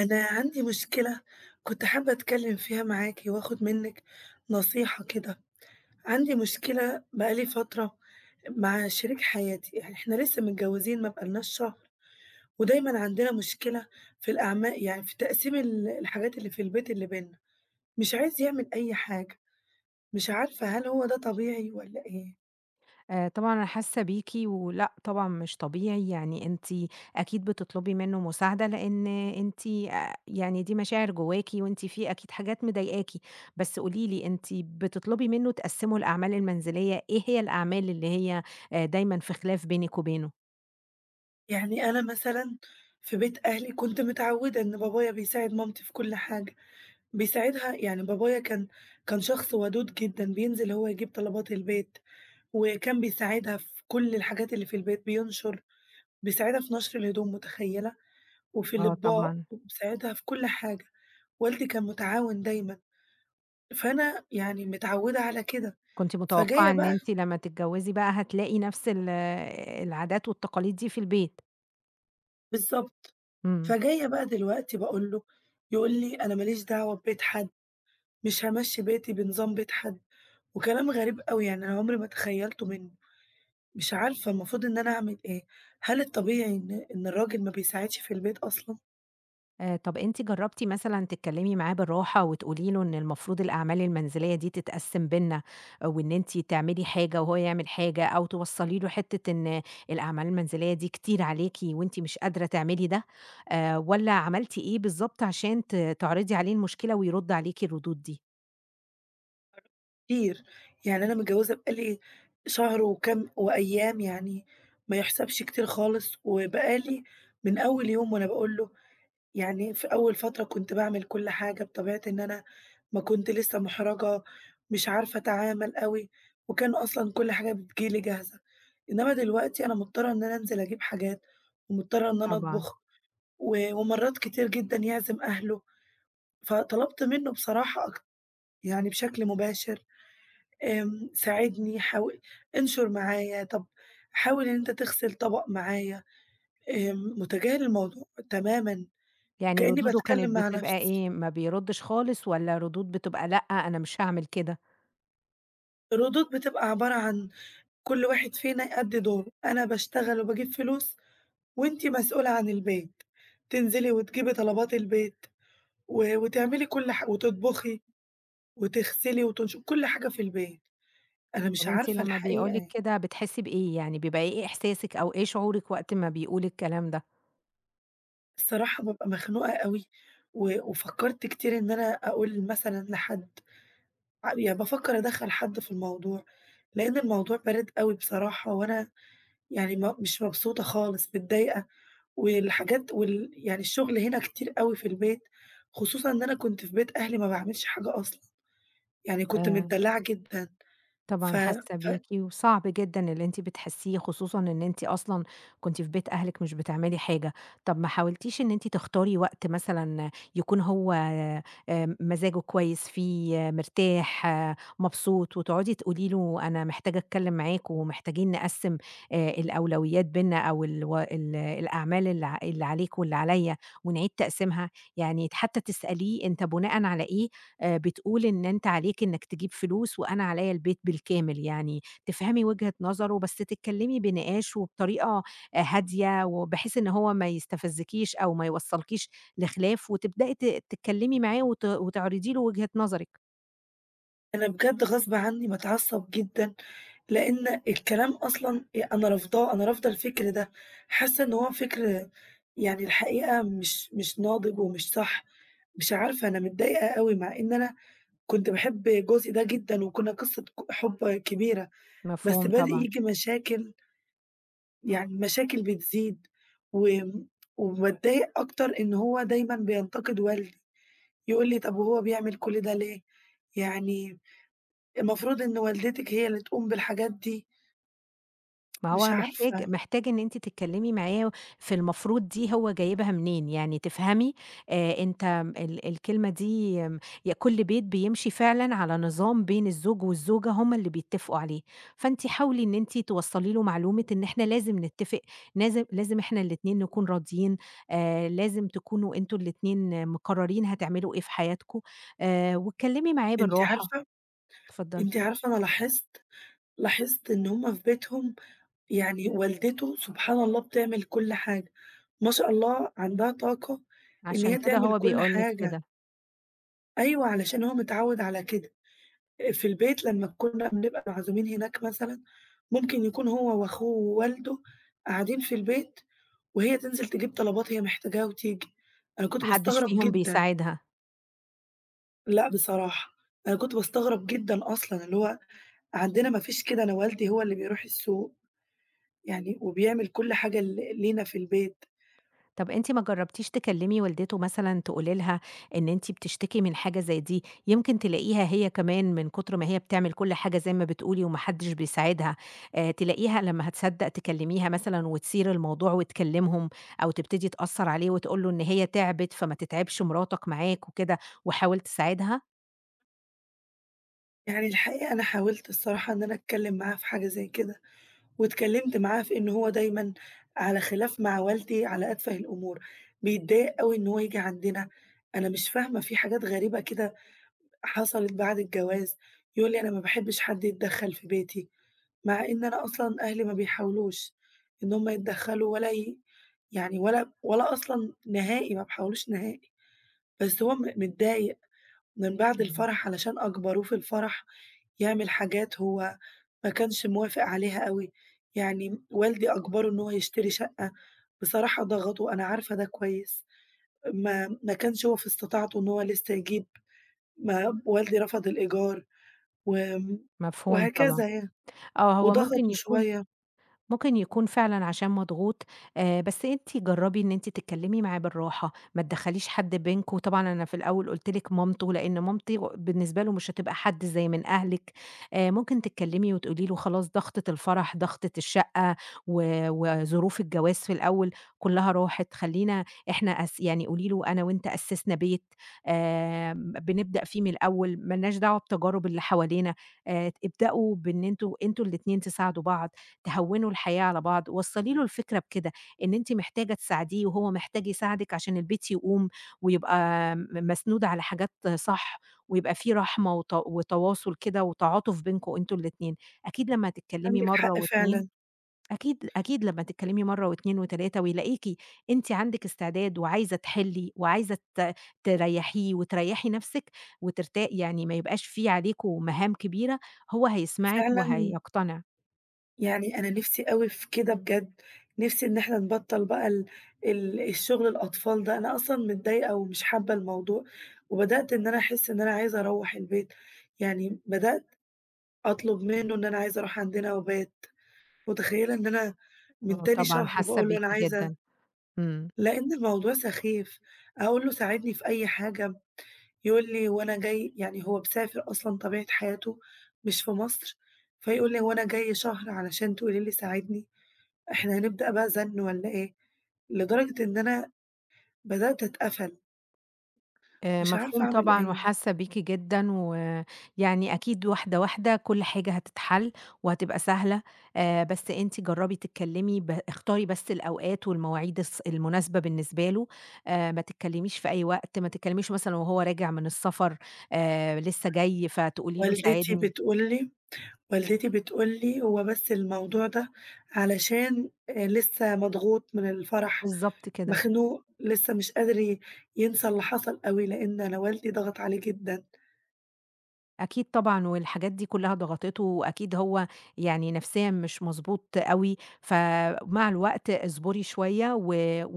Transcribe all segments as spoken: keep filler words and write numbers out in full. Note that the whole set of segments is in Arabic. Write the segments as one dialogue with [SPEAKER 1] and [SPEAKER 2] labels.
[SPEAKER 1] أنا عندي مشكلة كنت حابة أتكلم فيها معاكِ وآخد منِّك نصيحة كده، عندي مشكلة بقى لي فترة مع شريك حياتي، يعني إحنا لسه متجوزين ما بقالناش شهر، ودايمًا عندنا مشكلة في الأعما يعني في تقسيم ال الحاجات اللي في البيت اللي بيننا، مش عايز يعمل أي حاجة، مش عارفة هل هو ده طبيعي والّا إيه؟
[SPEAKER 2] آآ طبعًا أنا حاسة بيكِ، ولأ طبعًا مش طبيعي، يعني أنتِ أكيد بتطلبي منه مساعدة، لإن أنتِ آآ يعني دي مشاعر جواكِ، وأنتِ في أكيد حاجات مضايقاكِ، بس قولي لي أنتِ بتطلبي منه تقسّموا الأعمال المنزلية، إيه هي الأعمال اللي هي آآ دايمًا في خلاف بينِك وبينه؟
[SPEAKER 1] يعني أنا مثلًا في بيت أهلي كنت متعودة إن بابايا بيساعد مامتي في كل حاجة. بيساعدها يعني بابايا كان كان شخص ودود جدًا، بينزل هو يجيب طلبات البيت، وكان بيساعدها في كل الحاجات اللي في البيت، بينشر بيساعدها في نشر الهدوم متخيلة؟ وفي
[SPEAKER 2] آه
[SPEAKER 1] الأطباق،
[SPEAKER 2] طبعًا،
[SPEAKER 1] وبيساعدها في كل حاجة، والدي كان متعاون دايمًا، فأنا يعني متعودة على كده،
[SPEAKER 2] كنتِ متوقعة
[SPEAKER 1] فجاية
[SPEAKER 2] إن
[SPEAKER 1] بقى
[SPEAKER 2] أنتِ لمّا تتجوزي بقى هتلاقي نفس ال العادات والتقاليد دي في البيت،
[SPEAKER 1] بالضبط،
[SPEAKER 2] إمم.
[SPEAKER 1] فجاية بقى دلوقتي باقول له يقول لي: "أنا ما ليش دعوة ببيت حد، مش هامشّي بيتي بنظام بيت حد." وكلام غريب أوي يعني أنا عمري ما تخيلته منه. مش عارفة المفروض إن أنا أعمل إيه؟ هل الطبيعي إن إن الراجل ما بيساعدش في البيت أصلًا؟
[SPEAKER 2] آآ طَب أنتِ جرّبتِ مثلًا تتكلّمي معاه بالراحة وتقولي له إن المفروض الأعمال المنزلية دي تتقسّم بيننا، آه، وإن أنتِ تعملي حاجة وهو يعمل حاجة أو توصّلي له حتّة إن الأعمال المنزلية دي كتير عليكِ وأنتِ مش قادرة تعملي ده، آآ والّا عملتِ إيه بالضبط عشان ت تعرضي عليه المشكلة ويرُد عليكِ الردود دي؟
[SPEAKER 1] كتير، يعني أنا متجوزة بقى لي شهر وكام وأيام يعني ما يحسبش كتير خالص، وبقى لي من أول يوم وأنا باقول له يعني في أول فترة كنت باعمل كل حاجة بطبيعة إن أنا ما كنت لسه مُحرَجة، مش عارفة أتعامل أوي، وكان أصلًا كل حاجة بتيجي لي جاهزة، إنما دلوقتي أنا مضطرة إن أنا أنزل أجيب حاجات، ومضطرة إن أنا
[SPEAKER 2] طبعًا.
[SPEAKER 1] أطبخ. و ومرّات كتير جدًا يعزم أهله، فطلبت منّه بصراحة أك يعني بشكل مباشر، آمم، ساعدني حاول انشر معايا، طب حاول إن أنت تغسل طبق معايا، آمم، متجاهل الموضوع تمامًا،
[SPEAKER 2] يعني
[SPEAKER 1] وكإنّي
[SPEAKER 2] ردوده
[SPEAKER 1] باتكلّم
[SPEAKER 2] كانت
[SPEAKER 1] مع
[SPEAKER 2] بتبقى
[SPEAKER 1] نفْسي.
[SPEAKER 2] إيه، ما بيردّش خالص والّا ردود بتبقى لأ، أنا مش هاعمل كده؟
[SPEAKER 1] الردود بتبقى عبارة عن كل واحد فينا يأدّي دوره، أنا باشتغل وباجيب فلوس وأنتِ مسؤولة عن البيت، تنزلي وتجيبي طلبات البيت و وتعملي كل ح وتطبخي وتغسلي وتنش كل حاجة في البيت. أنا مش
[SPEAKER 2] طب أنتِ
[SPEAKER 1] عارفة
[SPEAKER 2] لمّا
[SPEAKER 1] الحقيقة،
[SPEAKER 2] بيقول لِك
[SPEAKER 1] يعني
[SPEAKER 2] كده بتحسّي بإيه، يعني بيبقى إيه إحساسِك أو إيه شعورِك وقت ما بيقول الكلام ده؟
[SPEAKER 1] الصراحة بابقى مخنوقة أوي، و وفكّرت كتير إن أنا أقول مثلًا لحد، ع يعني بافكّر أدخّل حد في الموضوع، لإن الموضوع بارد أوي بصراحة، وأنا يعني ما مش مبسوطة خالص، متضايقة، والحاجات وال يعني الشغل هنا كتير أوي في البيت، خصوصًا إن أنا كنت في بيت أهلي ما باعملش حاجة أصلًا، يعني كنت
[SPEAKER 2] آآ
[SPEAKER 1] متدلّعة جدًا، ف
[SPEAKER 2] طبعًا حاسة
[SPEAKER 1] ف
[SPEAKER 2] بيكِ، وصعب جدًا اللي أنتِ بتحسيه، خصوصًا إن أنتِ أصلًا كنتِ في بيت أهلِك مش بتعملي حاجة. طب ما حاولتيش إن أنتِ تختاري وقت مثلًا يكون هو آآ مزاجه كويس فيه، آه، مرتاح، آه، مبسوط، وتقعدي تقولي له أنا محتاجة أتكلم معاك ومحتاجين نقسم آآ الأولويات بيننا أو الو ال الأعمال اللي ع اللي عليك واللي عليَّ ونعيد تقسيمها؟ يعني حتى تسأليه أنت بناءً على إيه، آآ بتقول إن أنت عليك إنك تجيب فلوس وأنا عليّا البيت بالكامل، يعني تفهمي وجهة نظره بس تتكلمي بنقاش وبطريقة آه، هادية، وبحيث إن هو ما يستفزكيش أو ما يوصّلكيش لخلاف، وتبدئي ت تتكلمي معاه وت وتعرضي له وجهة نظرِك.
[SPEAKER 1] أنا بجد غصب عني باتعصب جدًا، لإن الكلام أصلًا آآ أنا رافضاه، أنا رافضة الفكر ده، حاسة إن هو فكر يعني الحقيقة مش مش ناضج ومش صح، مش عارفة أنا متضايقة أوي مع إن أنا كنت باحب جوزي ده جدًا وكنا قصة ك حب كبيرة، بس
[SPEAKER 2] مفهوم
[SPEAKER 1] بادئ
[SPEAKER 2] طبعًا.
[SPEAKER 1] ييجي مشاكل يعني مشاكل بتزيد، وم وباتضايق أكتر إن هو دايمًا بينتقد والدي، يقول لي: "طب وهو بيعمل كل ده ليه؟" يعني المفروض إن والدتِك هي اللي تقوم بالحاجات دي،
[SPEAKER 2] ما
[SPEAKER 1] مش
[SPEAKER 2] هو محتاج
[SPEAKER 1] عارفة،
[SPEAKER 2] محتاج إن أنتِ تتكلمي معاه في المفروض دي هو جايبها منين، يعني تفهمي آآ أنت ال الكلمة دي، آمم، ي كل بيت بيمشي فعلًا على نظام بين الزوج والزوجة هُم اللي بيتفقوا عليه، فأنتِ حاولي إن أنتِ توصّلي له معلومة إن إحنا لازم نتفق، نازم لازم إحنا الاتنين نكون راضيين، آآ لازم تكونوا أنتم الاتنين مقررين هتعملوا إيه في حياتكم، آآ واتكلمي معاه
[SPEAKER 1] أنتِ
[SPEAKER 2] بالراحة،
[SPEAKER 1] عارفة
[SPEAKER 2] اتفضلي،
[SPEAKER 1] أنتِ عارفة أنا لاحظت لاحظت إن هُم في بيتهم يعني والدته سبحان الله بتعمل كل حاجة، ما شاء الله عندها طاقة إن
[SPEAKER 2] عشان
[SPEAKER 1] هي
[SPEAKER 2] كده
[SPEAKER 1] تعمل
[SPEAKER 2] هو
[SPEAKER 1] كل
[SPEAKER 2] بيقول لِك
[SPEAKER 1] حاجة،
[SPEAKER 2] كده،
[SPEAKER 1] أيوه علشان هو متعوّد على كده، في البيت لمّا كنا بنبقى معزومين هناك مثلًا، ممكن يكون هو وأخوه ووالده قاعدين في البيت، وهي تنزل تجيب طلبات هي محتاجاها وتيجي، أنا كنت
[SPEAKER 2] ما حدش
[SPEAKER 1] باستغرب
[SPEAKER 2] فيهم
[SPEAKER 1] جدًا.
[SPEAKER 2] بيساعدها.
[SPEAKER 1] لأ بصراحة، أنا كنت باستغرب جدًا أصلًا، اللي هو عندنا ما فيش كده، أنا والدي هو اللي بيروح السوق يعني وبيعمل كل حاجة ل لينا في البيت،
[SPEAKER 2] طب أنتِ ما جرّبتيش تكلّمي والدته مثلًا تقولي لها إن أنتِ بتشتكي من حاجة زي دي، يمكن تلاقيها هي كمان من كتر ما هي بتعمل كل حاجة زي ما بتقولي وما حدّش بيساعدها، آآ تلاقيها لمّا هتصدّق تكلّميها مثلًا وتثير الموضوع وتكلّمهم أو تبتدي تأثّر عليه وتقول له إن هي تعبِت فما تتعبش مراتك معاك وكده وحاول تساعدها؟
[SPEAKER 1] يعني الحقيقة أنا حاولت الصراحة إن أنا أتكلّم معاه في حاجة زي كده، واتكلّمت معاه في إن هو دايمًا على خلاف مع والدي على أتفه الأمور، بيتضايق أوي إن هو ييجي عندنا، أنا مش فاهمة في حاجات غريبة كده حصلت بعد الجواز، يقول لي: "أنا ما باحبش حد يتدخّل في بيتي." مع إن أنا أصلًا أهلي ما بيحاولوش إن هُم يتدخّلوا ولا ي يعني ولا ولا أصلًا نهائي، ما بيحاولوش نهائي، بس هو م متضايق من بعد
[SPEAKER 2] إمم،
[SPEAKER 1] الفرح علشان أجبروه في الفرح يعمل حاجات هو ما كانش موافق عليها أوي، يعني والدي أجبره إن هو يشتري شقة، بصراحة ضغطه أنا عارفة ده كويس، ما ما كانش هو في استطاعته إن هو لسه يجيب، ما والدي رفض الإيجار وآمم،
[SPEAKER 2] مفهوم طبعًا.
[SPEAKER 1] وهكذا يعني،
[SPEAKER 2] آه، هو ممكن
[SPEAKER 1] وضغطه
[SPEAKER 2] يكون
[SPEAKER 1] شوية،
[SPEAKER 2] ممكن يكون فعلًا عشان مضغوط، آآ بس أنتِ جرّبي إن أنتِ تتكلّمي معاه بالراحة، ما تدخّليش حد بينكم، طبعًا أنا في الأول قُلت لِك مامته، لإن مامتي بالنسبة له مش هتبقى حد زي من أهلِك، آآ ممكن تتكلّمي وتقولي له خلاص ضغطة الفرح، ضغطة الشقة، و وظروف الجواز في الأول كلّها راحت، خلّينا إحنا أس يعني قولي له أنا وأنت أسّسنا بيت، آآ بنبدأ فيه من الأول، ما لناش دعوة بتجارب اللي حوالينا، آآ ت ابدأوا بإن أنتم أنتم الاتنين تساعدوا بعض. تهوّنوا الحياة على بعض، وصّلي له الفكرة بكده، إن أنتِ محتاجة تساعديه وهو محتاج يساعدِك عشان البيت يقوم ويبقى م مسنود على حاجات صح، ويبقى في رحمة وت وتواصل كده وتعاطف بينكم أنتم الاتنين، أكيد لمّا هتتكلّمي
[SPEAKER 1] عندِك
[SPEAKER 2] مرّة
[SPEAKER 1] حق
[SPEAKER 2] و اتنين،
[SPEAKER 1] فعلًا.
[SPEAKER 2] أكيد، أكيد لمّا تتكلّمي مرّة و اتنين و تلاتة ويلاقيكِ أنتِ عندِك استعداد وعايزة تحلّي وعايزة ت تريّحيه وتريّحي نَفْسِك وترتا يعني ما يبقاش في عليكم مهام كبيرة، هو هيسمعِك
[SPEAKER 1] فعلًا
[SPEAKER 2] وهيقتنع.
[SPEAKER 1] يعني أنا نِفْسي أوي في كده بجد، نِفْسي إن إحنا نبطّل بقى ال ال الشغل الأطفال ده، أنا أصلًا متضايقة ومش حابة الموضوع، وبدأت إن أنا أحس إن أنا عايزة أروّح البيت، يعني بدأت أطلب منه إن أنا عايزة أروح عندنا وبات، متخيّلة إن أنا من
[SPEAKER 2] آه
[SPEAKER 1] تاني
[SPEAKER 2] طبعًا،
[SPEAKER 1] شهر
[SPEAKER 2] حاسة
[SPEAKER 1] باقول له أنا
[SPEAKER 2] بيكِ
[SPEAKER 1] عايزة
[SPEAKER 2] جدًا، إمم،
[SPEAKER 1] لإن الموضوع سخيف، أقول له ساعدني في أي حاجة، يقول لي هو أنا جاي يعني هو مسافر أصلًا طبيعة حياته مش في مصر، فيقول لي: "هو أنا جاي شهر علشان تقولي لي ساعدني؟" إحنا هنبدأ بقى زن والّا إيه؟ لدرجة إن أنا بدأت أتقفل،
[SPEAKER 2] آآ
[SPEAKER 1] مش عارفة
[SPEAKER 2] مفهوم
[SPEAKER 1] أعمل
[SPEAKER 2] طبعًا
[SPEAKER 1] إيه.
[SPEAKER 2] وحاسة بيكِ جدًا، ويعني أكيد واحدة واحدة كل حاجة هتتحل وهتبقى سهلة، آآ بس أنتِ جرّبي تتكلمي ب اختاري بس الأوقات والمواعيد الص المناسبة بالنسبة له، آآ ما تتكلميش في أي وقت، ما تتكلميش مثلًا وهو راجع من السفر، آآ لسه جاي فتقولي له
[SPEAKER 1] والدتي
[SPEAKER 2] ساعدني،
[SPEAKER 1] بتقول لي والدتي بتقول لي: "هو بس الموضوع ده علشان آآ لسه مضغوط من الفرح،
[SPEAKER 2] بالضبط كده.
[SPEAKER 1] مخنوق، لسه مش قادر ي ينسى اللي حصل أوي، لإن أنا والدي ضغط عليه جدًا."
[SPEAKER 2] أكيد طبعًا، والحاجات دي كلّها ضغطته، وأكيد هو يعني نفسيًا مش مضبوط أوي، فمع الوقت اصبري شوية و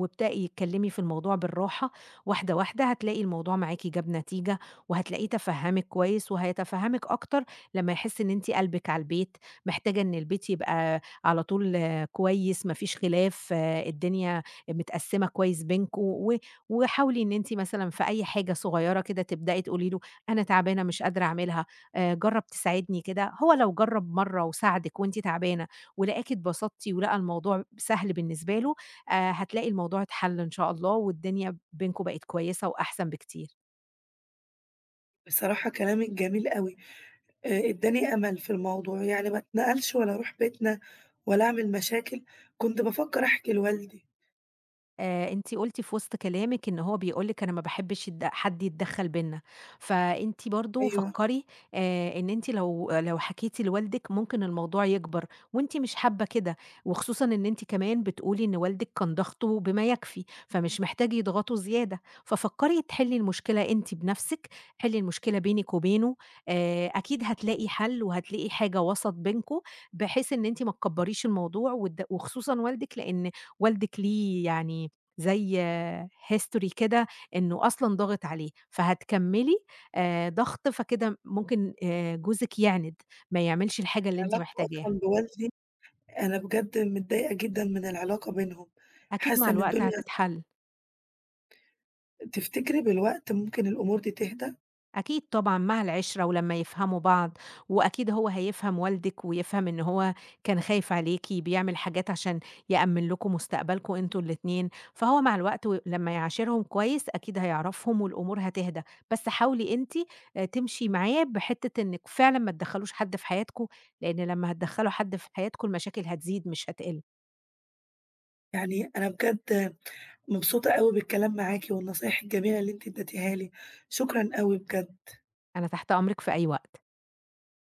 [SPEAKER 2] وابدئي اتكلّمي في الموضوع بالراحة، واحدة، واحدة، هتلاقي الموضوع معاكِ جاب نتيجة، وهتلاقيه تفهّمِك كويس، وهيتفهّمِك أكتر لمّا يحس إن أنتِ قلبِك على البيت، محتاجة إن البيت يبقى على طول، آه، كويس، ما فيش خلاف، آه، الدنيا متقسّمة كويس بينكم، و وحاولي إن أنتِ مثلًا في أي حاجة صغيّرة كده تبدئي تقولي له أنا تعبانة مش قادرة أعملها، آآ جرّب تساعدني كده، هو لو جرّب مرّة وساعدِك وأنتِ تعبانة ولقاكِ اتبسطتِ ولقى الموضوع سهل بالنسبة له، آآ هتلاقي الموضوع اتحل إن شاء الله والدنيا بينكم بقت كويسة وأحسن بكتير.
[SPEAKER 1] بصراحة كلامِك جميل أوي، آآ ادّاني أمل في الموضوع، يعني ما اتنقلش ولا أروح بيتنا ولا أعمل مشاكل، كنت بافكر أحكي لوالدي.
[SPEAKER 2] آآ، أنتِ قُلتِ في وسط كلامِك إن هو بيقول لِك أنا ما باحبش يتد حد يتدخّل بيننا، فأنتِ برضه
[SPEAKER 1] أيوه،
[SPEAKER 2] فكّري، آآ، إن أنتِ لو لو حكيتِ لوالدِك ممكن الموضوع يكبر، وأنتِ مش حابة كده، وخصوصًا إن أنتِ كمان بتقولي إن والدِك كان ضغطه بما يكفي، فمش محتاج يضغطه زيادة، ففكّري تحلّي المشكلة أنتِ بنفسِك، حلّي المشكلة بينِك وبينه، آآ، أكيد هتلاقي حل وهتلاقي حاجة وسط بينكم، بحيث إن أنتِ ما تكبّريش الموضوع وتد وخصوصًا والدِك، لإن والدِك ليه يعني زي history كده إنه أصلًا ضاغط عليه، فهتكمّلي آآ ضغط فكده ممكن آآ جوزِك يعند، ما يعملش
[SPEAKER 1] يعني
[SPEAKER 2] الحاجة اللي أنتِ
[SPEAKER 1] علاقته
[SPEAKER 2] محتاجاها،
[SPEAKER 1] أصلًا بوالدي أنا بجد متضايقة جدًا من العلاقة بينهم،
[SPEAKER 2] أكيد مع
[SPEAKER 1] حاسة إن
[SPEAKER 2] الوقت
[SPEAKER 1] الدنيا
[SPEAKER 2] هتتحل.
[SPEAKER 1] تفتكري بالوقت ممكن الأمور دي تهدى؟
[SPEAKER 2] أكيد طبعًا مع العِشرة ولمّا يفهموا بعض، وأكيد هو هيفهم والدِك ويفهم إن هو كان خايف عليكِ، بيعمل حاجات عشان يأمِّن لكم مستقبلكم أنتم الاتنين، فهو مع الوقت و لمّا يعاشرهم كويس أكيد هيعرفهم والأمور هتهدى، بس حاولي أنتِ آآ تمشي معاه بحتّة إنِّك فعلًا ما تدخّلوش حد في حياتكم، لإن لمّا هتدخّلوا حد في حياتكم المشاكل هتزيد مش هتقِل.
[SPEAKER 1] يعني أنا بجد مبسوطة أوي بالكلام معاكِ والنصايح الجميلة اللي أنتِ اديتيها لي، شكرًا أوي بجد.
[SPEAKER 2] أنا تحت أمرِك في أي وقت.